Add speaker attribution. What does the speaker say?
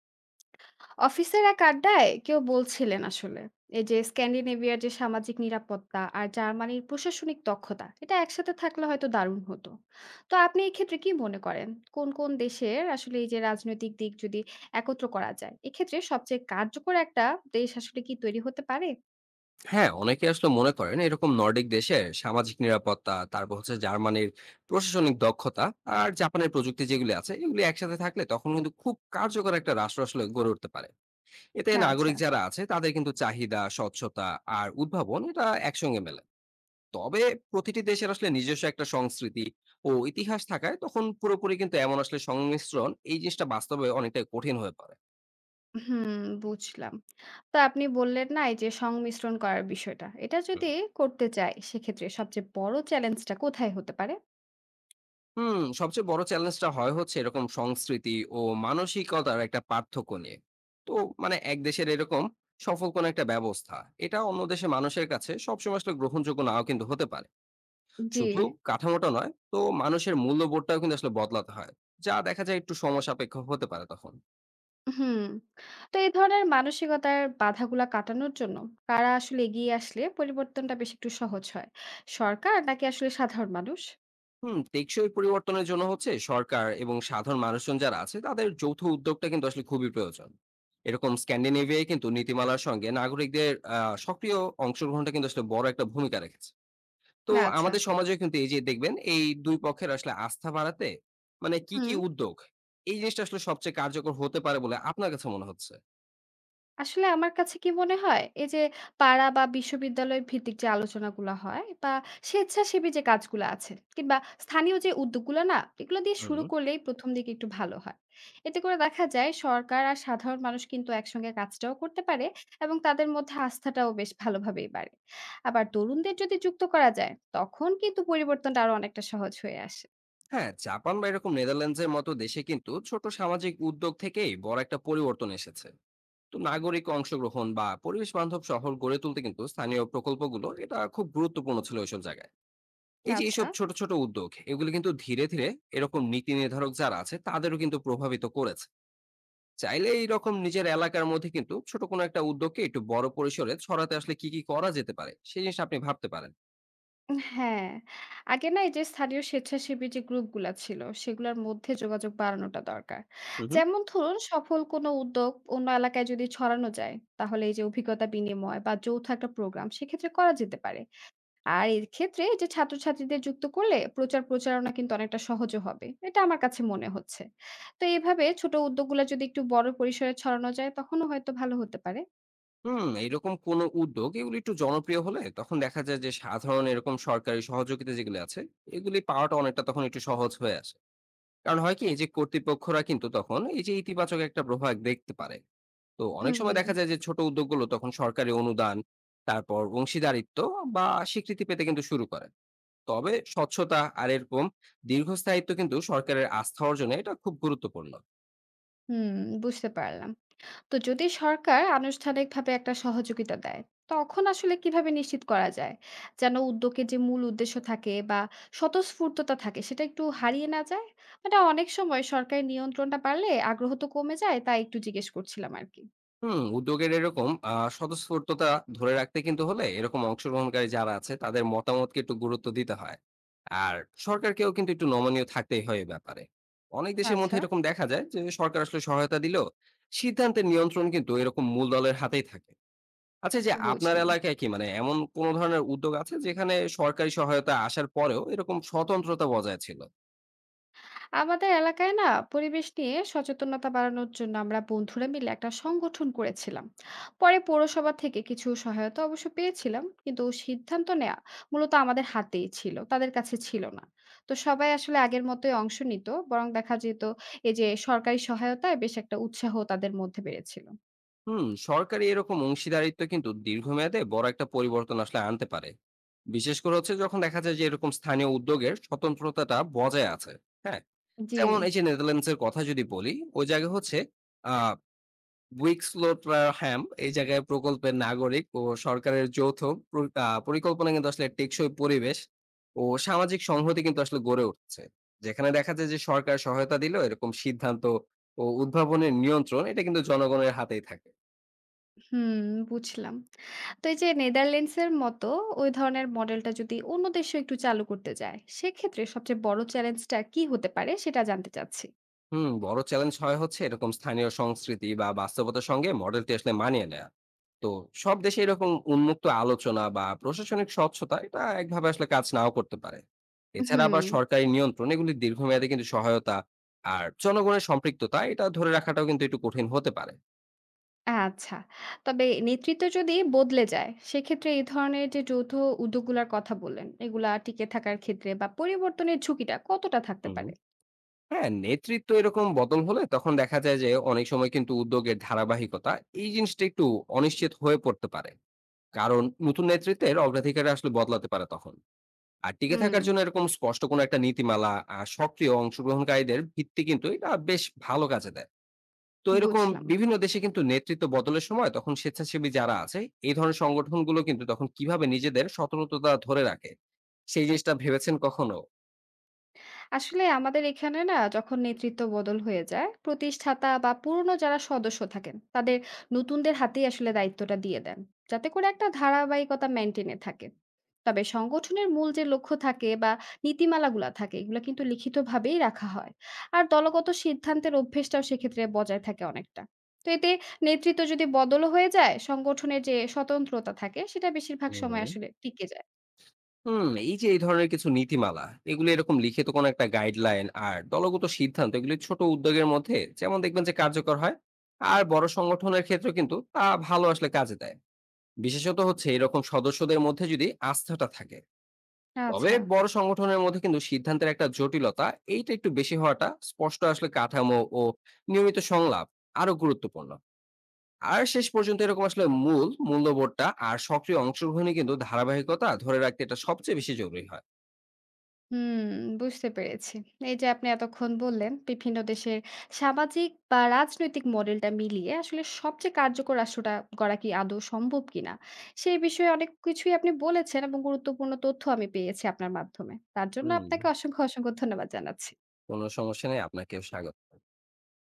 Speaker 1: অফিসের এক আড্ডায় কেউ বলছিলেন আসলে এই যে স্ক্যান্ডিনেভিয়ার যে সামাজিক নিরাপত্তা আর জার্মানির প্রশাসনিক দক্ষতা এটা একসাথে থাকলে হয়তো দারুণ হতো। তো আপনি এই ক্ষেত্রে কি মনে করেন? কোন কোন দেশের আসলে এই যে রাজনৈতিক দিক যদি একত্র করা যায় এক্ষেত্রে সবচেয়ে কার্যকর একটা দেশ আসলে কি তৈরি হতে পারে?
Speaker 2: হ্যাঁ, অনেকে আসলে মনে করেন এরকম নর্ডিক দেশের সামাজিক নিরাপত্তা, তারপর হচ্ছে জার্মানির প্রশাসনিক দক্ষতা আর জাপানের প্রযুক্তি যেগুলি আছে, এগুলি একসাথে থাকলে তখন কিন্তু খুব কার্যকর একটা রাষ্ট্র আসলে গড়ে উঠতে পারে। এতে
Speaker 1: না আচ্ছা।
Speaker 2: নাগরিক যারা আছে তাদের কিন্তু চাহিদা, স্বচ্ছতা আর উদ্ভাবন এটা একসঙ্গে মেলে। তবে প্রতিটি দেশের আসলে নিজস্ব একটা সংস্কৃতি ও ইতিহাস থাকায় তখন পুরোপুরি কিন্তু এমন আসলে সংমিশ্রণ এই জিনিসটা বাস্তবে অনেকটাই কঠিন হয়ে পড়ে।
Speaker 1: হুম, বুঝলাম। তো আপনি বললেন না এই যে সংমিশ্রণ করার বিষয়টা, এটা যদি করতে চাই সেক্ষেত্রে সবচেয়ে বড় চ্যালেঞ্জটা কোথায় হতে পারে?
Speaker 2: হুম, সবচেয়ে বড় চ্যালেঞ্জটা হচ্ছে এরকম সংস্কৃতি ও মানসিকতার একটা পার্থক্য নিয়ে। তো মানে এক দেশের এরকম সফল কোন একটা ব্যবস্থা এটা অন্য দেশের মানুষের কাছে সবসময় আসলে গ্রহণযোগ্য নাও কিন্তু হতে পারে।
Speaker 1: জি।
Speaker 2: শুধু কাঠামোটা নয় তো মানুষের মূল্যবোধটাও কিন্তু আসলে বদলাতে হয়, যা দেখা যায় একটু সময় সাপেক্ষ হতে পারে তখন।
Speaker 1: হুম। তো এই ধরনের মানসিকতার বাধাগুলা কাটানোর জন্য কারা আসলে এগিয়ে আসলে পরিবর্তনটা বেশ একটু সহজ হয়? সরকার নাকি আসলে সাধারণ মানুষ?
Speaker 2: হুম, টেকসই পরিবর্তনের জন্য হচ্ছে সরকার এবং সাধারণ মানুষজন যারা আছে তাদের যৌথ উদ্যোগটা কিন্তু আসলে খুবই প্রয়োজন। এরকম স্ক্যান্ডিনেভিয়ায় কিন্তু নীতিমালার সঙ্গে নাগরিকদের সক্রিয় অংশগ্রহণটা কিন্তু আসলে বড় একটা ভূমিকা রেখেছে। তো
Speaker 1: না আচ্ছা।
Speaker 2: আমাদের সমাজে কিন্তু এই যে দেখবেন এই দুই পক্ষের আসলে আস্থা বাড়াতে মানে কি কি
Speaker 1: হুম।
Speaker 2: উদ্যোগ এই জিনিসটা আসলে সবচেয়ে কার্যকর হতে পারে বলে আপনার কাছে মনে হচ্ছে?
Speaker 1: আসলে আমার কাছে কি মনে হয়, এই যে পাড়া বা বিশ্ববিদ্যালয় ভিত্তিক যে আলোচনাগুলা হয় বা স্বেচ্ছাসেবী যে কাজগুলা আছে কিংবা স্থানীয় যে উদ্যোগগুলো, না এগুলো দিয়ে
Speaker 2: হুম।
Speaker 1: শুরু করলেই প্রথম দিকে একটু ভালো হয়। এতে করে দেখা যায় সরকার আর সাধারণ মানুষ কিন্তু একসঙ্গে কাজটাও করতে পারে এবং তাদের মধ্যে আস্থাটাও বেশ ভালোভাবেই বাড়ে। আবার তরুণদের যদি যুক্ত করা যায় তখন কিন্তু পরিবর্তনটা আরো অনেকটা সহজ হয়ে আসে।
Speaker 2: হ্যাঁ, জাপান বা এরকম নেদারল্যান্ডসের মতো দেশে কিন্তু ছোট সামাজিক উদ্যোগ থেকেই বড় একটা পরিবর্তন এসেছে। তো নাগরিক অংশগ্রহণ বা পরিবেশ বান্ধব শহর গড়ে তুলতে কিন্তু স্থানীয় প্রকল্পগুলো এটা খুব গুরুত্বপূর্ণ ছিল ওইসব জায়গায়। এই যে
Speaker 1: আচ্ছা।
Speaker 2: এইসব ছোট ছোট উদ্যোগ এগুলো কিন্তু ধীরে ধীরে এরকম নীতি নির্ধারক যারা আছে তাদেরও কিন্তু প্রভাবিত করেছে। চাইলে এইরকম নিজের এলাকার মধ্যে কিন্তু ছোট কোনো একটা উদ্যোগকে একটু বড় পরিসরে ছড়াতে আসলে কি কি করা যেতে পারে সেই জিনিস আপনি ভাবতে পারেন।
Speaker 1: হ্যাঁ, আগে না এই যে স্থানীয় স্বেচ্ছাসেবী যে গ্রুপগুলা ছিল, সেগুলোর মধ্যে যোগাযোগ বাড়ানোটা দরকার।
Speaker 2: হুম হুম
Speaker 1: যেমন ধরুন সফল কোনো উদ্যোগ অন্য এলাকায় যদি ছড়ানো যায়, তাহলে এই যে অভিজ্ঞতা বিনিময় বা যৌথ একটা প্রোগ্রাম সেক্ষেত্রে করা যেতে পারে। আর এর ক্ষেত্রে এই যে ছাত্রছাত্রীদের যুক্ত করলে প্রচার প্রচারণা কিন্তু অনেকটা সহজও হবে। এটা আমার কাছে মনে হচ্ছে। তো এভাবে ছোট উদ্যোগগুলা যদি একটু বড় পরিসরে ছড়ানো যায় তখনও হয়তো ভালো হতে পারে।
Speaker 2: হুম, এরকম কোন উদ্যোগ এগুলি একটু জনপ্রিয় হলে তখন দেখা যায় যে সাধারণ এরকম সরকারি সহযোগিতা যেগুলো আছে এগুলি পাওয়াটা অনেকটা তখন একটু সহজ হয়ে আসে। কারণ হয় কি যে কর্তৃপক্ষরা কিন্তু তখন এই যে ইতিবাচক একটা প্রভাব দেখতে পারে। তো অনেক সময়
Speaker 1: হুম,
Speaker 2: দেখা যায় যে ছোট উদ্যোগগুলো তখন সরকারি অনুদান, তারপর অংশীদারিত্ব বা স্বীকৃতি পেতে কিন্তু শুরু করে। তবে স্বচ্ছতা আর এরকম দীর্ঘস্থায়িত্ব কিন্তু সরকারের আস্থা অর্জনে এটা খুব গুরুত্বপূর্ণ।
Speaker 1: হুম, বুঝতে পারলাম। তো যদি সরকার আনুষ্ঠানিকভাবে একটা সহযোগিতা দেয় তখন আসলে কিভাবে নিশ্চিত করা যায় যেন উদ্যোগের যে মূল উদ্দেশ্য থাকে বা স্বতঃস্ফূর্ততা থাকে সেটা একটু হারিয়ে না যায়। মানে অনেক সময় সরকারি নিয়ন্ত্রণটা বাড়লে আগ্রহ তো কমে যায়, তাই একটু জিজ্ঞেস করছিলাম আর কি।
Speaker 2: হুম, উদ্যোগের এরকম স্বতঃস্ফূর্ততা ধরে রাখতে কিন্তু হলে এরকম অংশগ্রহণকারী যারা আছে তাদের মতামতকে একটু গুরুত্ব দিতে হয়। আর সরকারকেও কিন্তু একটু নমনীয় থাকতেই হয় এ ব্যাপারে। অনেক দেশের মধ্যে
Speaker 1: আচ্ছা,
Speaker 2: এরকম দেখা যায় যে সরকার আসলে সহায়তা দিলেও সিদ্ধান্তের নিয়ন্ত্রণ কিন্তু এরকম মূল দলের হাতেই থাকে। আচ্ছা, এই যে আপনার
Speaker 1: বুঝলাম।
Speaker 2: এলাকায় কি মানে এমন কোন ধরনের উদ্যোগ আছে যেখানে সরকারি সহায়তা আসার পরেও এরকম স্বতন্ত্রতা বজায় ছিল?
Speaker 1: আমাদের এলাকায় না পরিবেশ নিয়ে সচেতনতা বাড়ানোর জন্য আমরা বন্ধুরা মিলে একটা সংগঠন করেছিলাম। পরে পৌরসভা থেকে কিছু সহায়তা অবশ্য পেয়েছিলাম, কিন্তু সিদ্ধান্ত নেওয়া মূলত আমাদের হাতেই ছিল, তাদের কাছে ছিল না। তো সবাই আসলে আগের মতোই অংশ নিত, বরং দেখা যেত এই যে সরকারি সহায়তায় বেশ একটা উৎসাহ তাদের মধ্যে বেড়েছিল।
Speaker 2: হুম, সরকারি এরকম অংশীদারিত্ব কিন্তু দীর্ঘমেয়াদে বড় একটা পরিবর্তন আসলে আনতে পারে, বিশেষ করে হচ্ছে যখন দেখা যায় যে এরকম স্থানীয় উদ্যোগের স্বতন্ত্রতাটা বজায় আছে। হ্যাঁ,
Speaker 1: জি।
Speaker 2: যেমন এই যে নেদারল্যান্ডসের কথা যদি বলি, ওই জায়গায় হচ্ছে আহ এই জায়গায় প্রকল্পের নাগরিক ও সরকারের যৌথ পরিকল্পনা কিন্তু আসলে টেকসই পরিবেশ ও সামাজিক সংহতি কিন্তু আসলে গড়ে উঠছে, যেখানে দেখা যায় যে সরকার সহায়তা দিলেও এরকম সিদ্ধান্ত ও উদ্ভাবনের নিয়ন্ত্রণ এটা কিন্তু জনগণের হাতেই থাকে।
Speaker 1: হুম, বুঝলাম। তো এই যে নেদারল্যান্ডসের মতো ওই ধরনের মডেলটা যদি অন্য দেশেও একটু চালু করতে যায়, সেক্ষেত্রে সবচেয়ে বড় চ্যালেঞ্জটা কি হতে পারে সেটা জানতে চাচ্ছি।
Speaker 2: হুম, বড় চ্যালেঞ্জ হচ্ছে এরকম স্থানীয় সংস্কৃতি বা বাস্তবতার সঙ্গে মডেলটি আসলে মানিয়ে নেয়া। তো সব দেশে এরকম উন্মুক্ত আলোচনা বা প্রশাসনিক স্বচ্ছতা এটা একভাবে আসলে কাজ নাও করতে পারে। এছাড়া
Speaker 1: হুম।
Speaker 2: আবার সরকারি নিয়ন্ত্রণ এগুলি দীর্ঘমেয়াদে কিন্তু সহায়তা আর জনগণের সম্পৃক্ততা এটা ধরে রাখাটাও কিন্তু একটু কঠিন হতে পারে।
Speaker 1: আচ্ছা। তবে নেতৃত্ব যদি বদলে যায়, সেক্ষেত্রে এই ধরনের যে যৌথ উদ্যোগগুলার কথা বললেন, এগুলা টিকে থাকার ক্ষেত্রে বা পরিবর্তনের ঝুঁকিটা কতটা থাকতে
Speaker 2: হুম।
Speaker 1: পারে?
Speaker 2: হ্যাঁ, নেতৃত্ব এরকম বদল হলে তখন দেখা যায় যে অনেক সময় কিন্তু উদ্যোগের ধারাবাহিকতা এই জিনিসটা একটু অনিশ্চিত হয়ে পড়তে পারে। কারণ নতুন নেতৃত্বের অগ্রাধিকার আসলে বদলাতে পারে তখন। আর টিকে
Speaker 1: হুম।
Speaker 2: থাকার জন্য এরকম স্পষ্ট কোনো একটা নীতিমালা আর সক্রিয় অংশগ্রহণকারীদের ভিত্তি কিন্তু এটা বেশ ভালো কাজে দেয়। তো এরকম
Speaker 1: বুঝলাম।
Speaker 2: বিভিন্ন দেশে কিন্তু নেতৃত্ব বদলের সময় তখন স্বেচ্ছাসেবী যারা আছে এই ধরনের সংগঠনগুলো কিন্তু তখন কিভাবে নিজেদের সতর্কতা ধরে রাখে সেই জিনিসটা ভেবেছেন কখনো?
Speaker 1: আসলে আমাদের এখানে না যখন নেতৃত্ব বদল হয়ে যায় প্রতিষ্ঠাতা বা পুরনো যারা সদস্য থাকেন তাদের নতুনদের হাতেই আসলে দায়িত্বটা দিয়ে দেন, যাতে করে একটা ধারাবাহিকতা মেনটেনে থাকে। তবে সংগঠনের মূল যে লক্ষ্য থাকে বা নীতিমালাগুলা থাকে এগুলো কিন্তু লিখিতভাবেই রাখা হয়। আর দলগত সিদ্ধান্তের অভ্যেসটাও সেক্ষেত্রে বজায় থাকে অনেকটা। তো এতে নেতৃত্ব যদি বদল হয়ে যায় সংগঠনের যে স্বতন্ত্রতা থাকে সেটা বেশিরভাগ
Speaker 2: হুম
Speaker 1: সময় আসলে টিকে যায়।
Speaker 2: হুম এই যে এই ধরনের কিছু নীতিমালা এগুলো এরকম লিখিত কোনো একটা গাইডলাইন আর দলগত সিদ্ধান্ত এগুলি ছোট উদ্যোগের মধ্যে যেমন দেখবেন যে কার্যকর হয়, আর বড় সংগঠনের ক্ষেত্রে কিন্তু তা ভালো আসলে কাজে দেয়, বিশেষত হচ্ছে এরকম সদস্যদের মধ্যে যদি আস্থাটা থাকে। তবে
Speaker 1: আচ্ছা।
Speaker 2: বড় সংগঠনের মধ্যে কিন্তু সিদ্ধান্তের একটা জটিলতা এইটা একটু বেশি হওয়াটা স্পষ্ট আসলে কাঠামো ও নিয়মিত সংলাপ আরো গুরুত্বপূর্ণ। আর শেষ পর্যন্ত এরকম আসলে মূল মূল্যবোধটা আর সক্রিয় অংশগ্রহণই কিন্তু ধারাবাহিকতা ধরে রাখতে এটা সবচেয়ে বেশি জরুরি হয়।
Speaker 1: হুম, বুঝতে পেরেছি। এই যে আপনি এতক্ষণ বললেন, বিভিন্ন দেশের সামাজিক বা রাজনৈতিক মডেলটা মিলিয়ে আসলে সবচেয়ে কার্যকর রাষ্ট্রটা গড়া কি আদৌ সম্ভব কিনা? সেই বিষয়ে অনেক কিছুই আপনি বলেছেন এবং গুরুত্বপূর্ণ তথ্য আমি পেয়েছি আপনার মাধ্যমে। তার জন্য
Speaker 2: হুম,
Speaker 1: আপনাকে অসংখ্য, অসংখ্য ধন্যবাদ জানাচ্ছি।
Speaker 2: কোনো সমস্যা নেই, আপনাকেও স্বাগত।